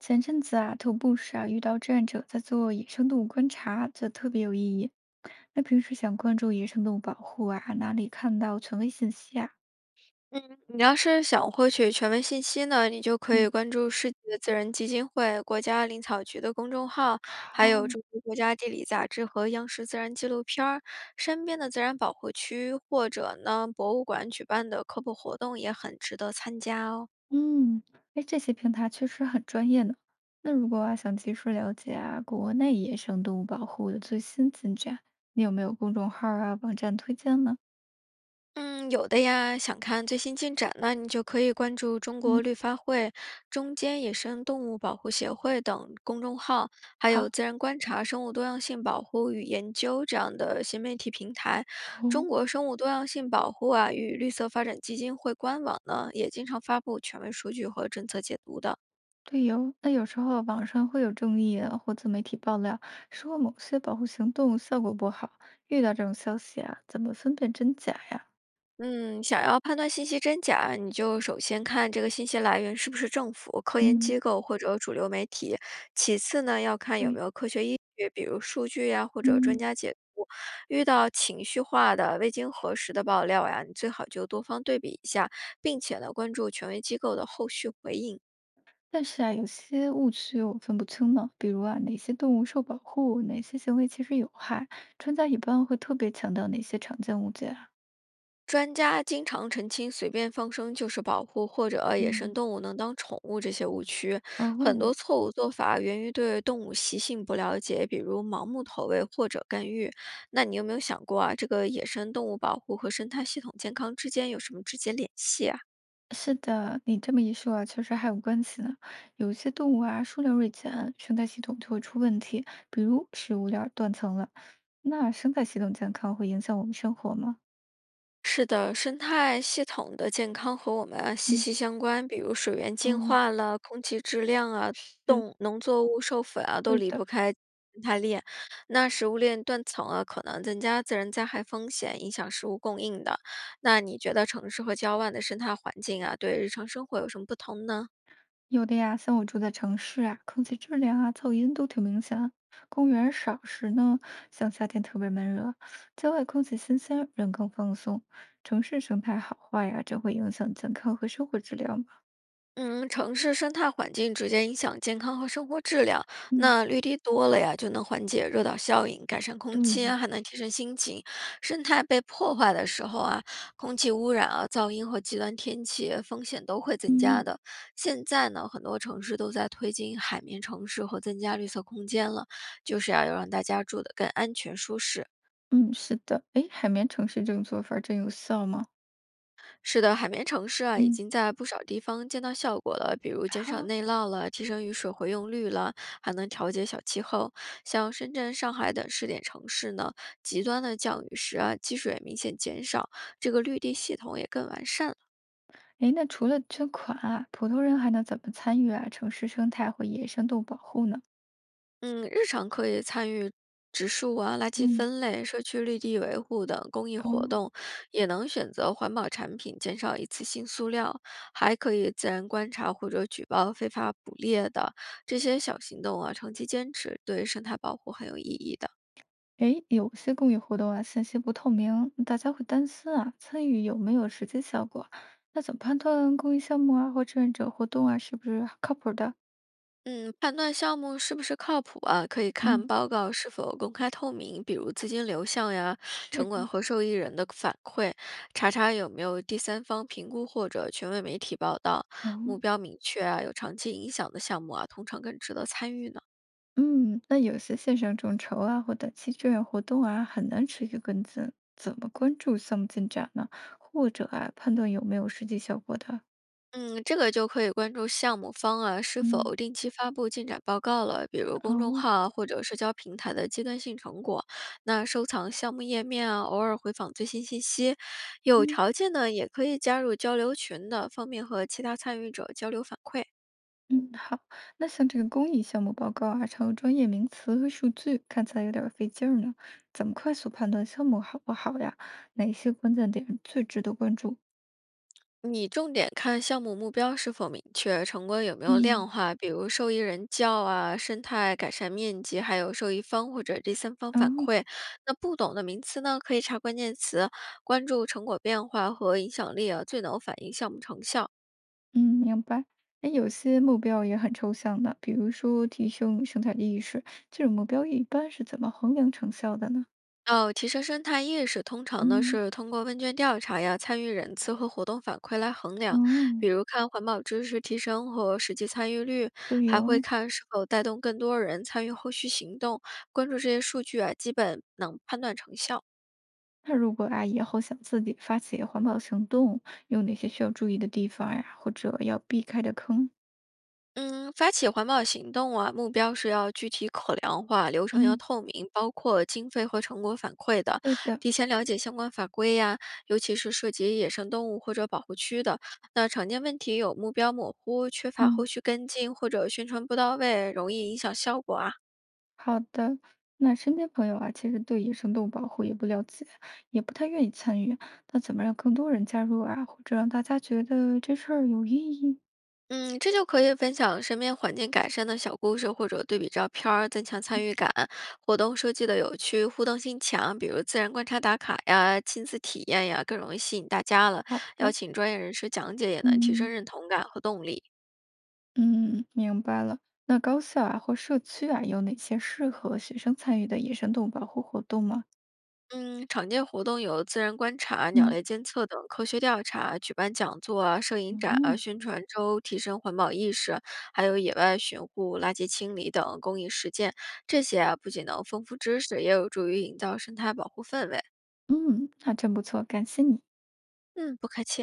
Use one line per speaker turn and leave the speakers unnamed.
前阵子啊，徒步时啊遇到志愿者在做野生动物观察，觉得特别有意义。那平时想关注野生动物保护啊，哪里看到权威信息啊？
嗯，你要是想获取权威信息呢，你就可
嗯
以关注世界自然基金会、国家林草局的公众号，还有
好，
中国国家地理杂志和央视自然纪录片儿。身边的自然保护区或者呢博物馆举办的科普活动也很值得参加哦。
嗯，哎，这些平台确实很专业呢。那如果啊想及时了解啊国内野生动物保护的最新进展，你有没有公众号儿啊网站推荐呢？
嗯，有的呀，想看最新进展，那你就可以关注中
嗯，
国绿发会、中间野生动物保护协会等公众号，还有
好，
自然观察、生物多样性保护与研究这样的新媒体平台。中
哦。
国生物多样性保护啊与绿色发展基金会官网呢，也经常发布权威数据和政策解读的。
对哟，那有时候网上会有争议啊，或自媒体爆料说某些保护行动效果不好，遇到这种消息啊，怎么分辨真假呀？
嗯，想要判断信息真假，你就首先看这个信息来源是不是政府、科研
嗯，
机构或者主流媒体。其次呢，要看有
对，
没有科学依据，比如数据呀、或者专
嗯，
家解读。遇到情绪化的、未经核实的爆料呀，你最好就多方对比一下，并且呢，关注权威机构的后续回应。
但是啊，有些误区我分不清呢，比如啊，哪些动物受保护，哪些行为其实有害，专家一般会特别强调哪些常见误解啊？
专家经常澄清，随便放生就是保护，或者野生
嗯，
动物能当宠物这些误区，很
哦，
多错误做法源于对动物习性不了解，比如盲目投喂或者干预。那你有没有想过啊，这个野生动物保护和生态系统健康之间有什么直接联系啊？
是的，你这么一说啊，确实还有关系呢。有一些动物啊，数量锐减，生态系统就会出问题，比如食物链儿断层了。那生态系统健康会影响我们生活吗？
是的，生态系统的健康和我们啊息
嗯，
息相关，比如水源净
哦，
化了、空气质量啊、
是
动农作物授粉啊，都
对
离
的，
不开生态链。那食物链断层啊，可能增加自然灾害风险，影响食物供应的。那你觉得城市和郊外的生态环境啊，对日常生活有什么不同呢？
有的呀。像我住在城市啊，空气质量啊、噪音都挺明显啊。公园儿少时呢，像夏天特别闷热，郊外空气新鲜，人更放松。城市生态好坏呀、这会影响健康和生活质量吗？
嗯，城市生态环境直接影响健康和生活质量。
嗯
那绿地多了呀，就能缓解热岛效应，改善空气
对，
啊，还能提升心情。生态被破坏的时候啊，空气污染啊、噪音和极端天气风险都会增加
嗯
的。现在呢，很多城市都在推进海绵城市和增加绿色空间了，就是要让大家住得更安全舒适。
嗯，是的。哎，海绵城市这种做法儿真有效吗？
是的，海绵城市啊，已
嗯。
经在不少地方见到效果了，比如减少
好，
内涝了，提升雨水回用率了，还能调节小气候。像深圳、上海等试点城市呢，极端的降雨时啊，积水明显减少，这个绿地系统也更完善了。
诶，那除了捐款啊，普通人还能怎么参与啊？城市生态或野生动物保护呢？
嗯，日常可以参与植树啊、垃圾
嗯，
分类、社区绿地维护等公益活
哦，
动，也能选择环保产品，减少一次性塑料，还可以自然观察或者举报非法捕猎的这些小行动啊，长期坚持对生态保护很有意义的。
诶，有些公益活动啊，信息不透明，大家会担心啊，参与有没有实际效果？那怎么判断公益项目啊或志愿者活动啊是不是靠谱儿的？
嗯，判断项目是不是靠谱啊，可以
嗯，
看报告是否公开透明，比如资金流向呀、
是，
城管和受益人的反馈，查查有没有第三方评估或者权威媒体报道，
哦，
目标明确啊，有长期影响的项目啊，通常更值得参与呢。
嗯，那有些线上众筹啊或短期志愿活动啊，很难持续跟进，怎么关注项目进展呢？或者啊，判断有没有实际效果的？
嗯，这个就可以关注项目方啊是
嗯
否定期发布进展报告了，比如公众
哦。
号啊或者社交平台的阶段性成果。那收藏项目页面啊，偶尔回访最新信息。有
嗯。
条件呢，也可以加入交流群的，方便和其他参与者交流反馈。
嗯，好。那像这个公益项目报告啊，常用专业名词和数据，看起来有点儿费劲儿呢。怎么快速判断项目好不好呀？哪些关键点最值得关注？
你重点看项目目标是否明确，成果有没有
嗯，
量化，比如受益人较啊、生态改善面积，还有受益方或者第三方反
哦，
馈。那不懂的名词呢，可以查关键词，关注成果变化和影响力啊，最能反映项目成效。
嗯，明白。哎，有些目标也很抽象的，比如说提升生产力意识，这种目标一般是怎么衡量成效的呢？
哦，提升生态意识，通常呢
嗯，
是通过问卷调查呀、参与人次和活动反馈来衡量，
哦，
比如看环保知识提升和实际参与率，
都
还会
有。
看是否带动更多人参与后续行动。关注这些数据啊，基本能判断成效。
那如果啊，以后想自己发起环保行动，有哪些需要注意的地方呀，或者要避开的坑？
嗯，发起环保行动啊，目标是要具体可量化，流程要
嗯。
透明，包括经费和成果反馈的，
对的，
提前了解相关法规呀、尤其是涉及野生动物或者保护区的。那常见问题有目标模糊、缺乏后
嗯，
续跟进或者宣传不到位，容易影响效果啊。
好的。那身边朋友啊，其实对野生动物保护也不了解，也不太愿意参与。那怎么让更多人加入啊，或者让大家觉得这事儿有意义？
嗯，这就可以分享身边环境改善的小故事，或者对比照片儿，增强参与感。活动设计的有趣，互动性强，比如自然观察打卡呀、亲子体验呀，更容易吸引大家了。
好
邀
的，
请专业人士讲解，也能提升
嗯
认同感和动力。
嗯，明白了。那高校啊或社区啊，有哪些适合学生参与的野生动物保护活动吗？
嗯，常见活动有自然观察、鸟
嗯
类监测等科学调查，举办讲座啊、摄影展啊、
嗯。
宣传周，提升环保意识，还有野外巡护、垃圾清理等公益实践。这些啊，不仅能丰富知识，也有助于营造生态保护氛围。
嗯，那真不错，感谢你。
嗯，不客气。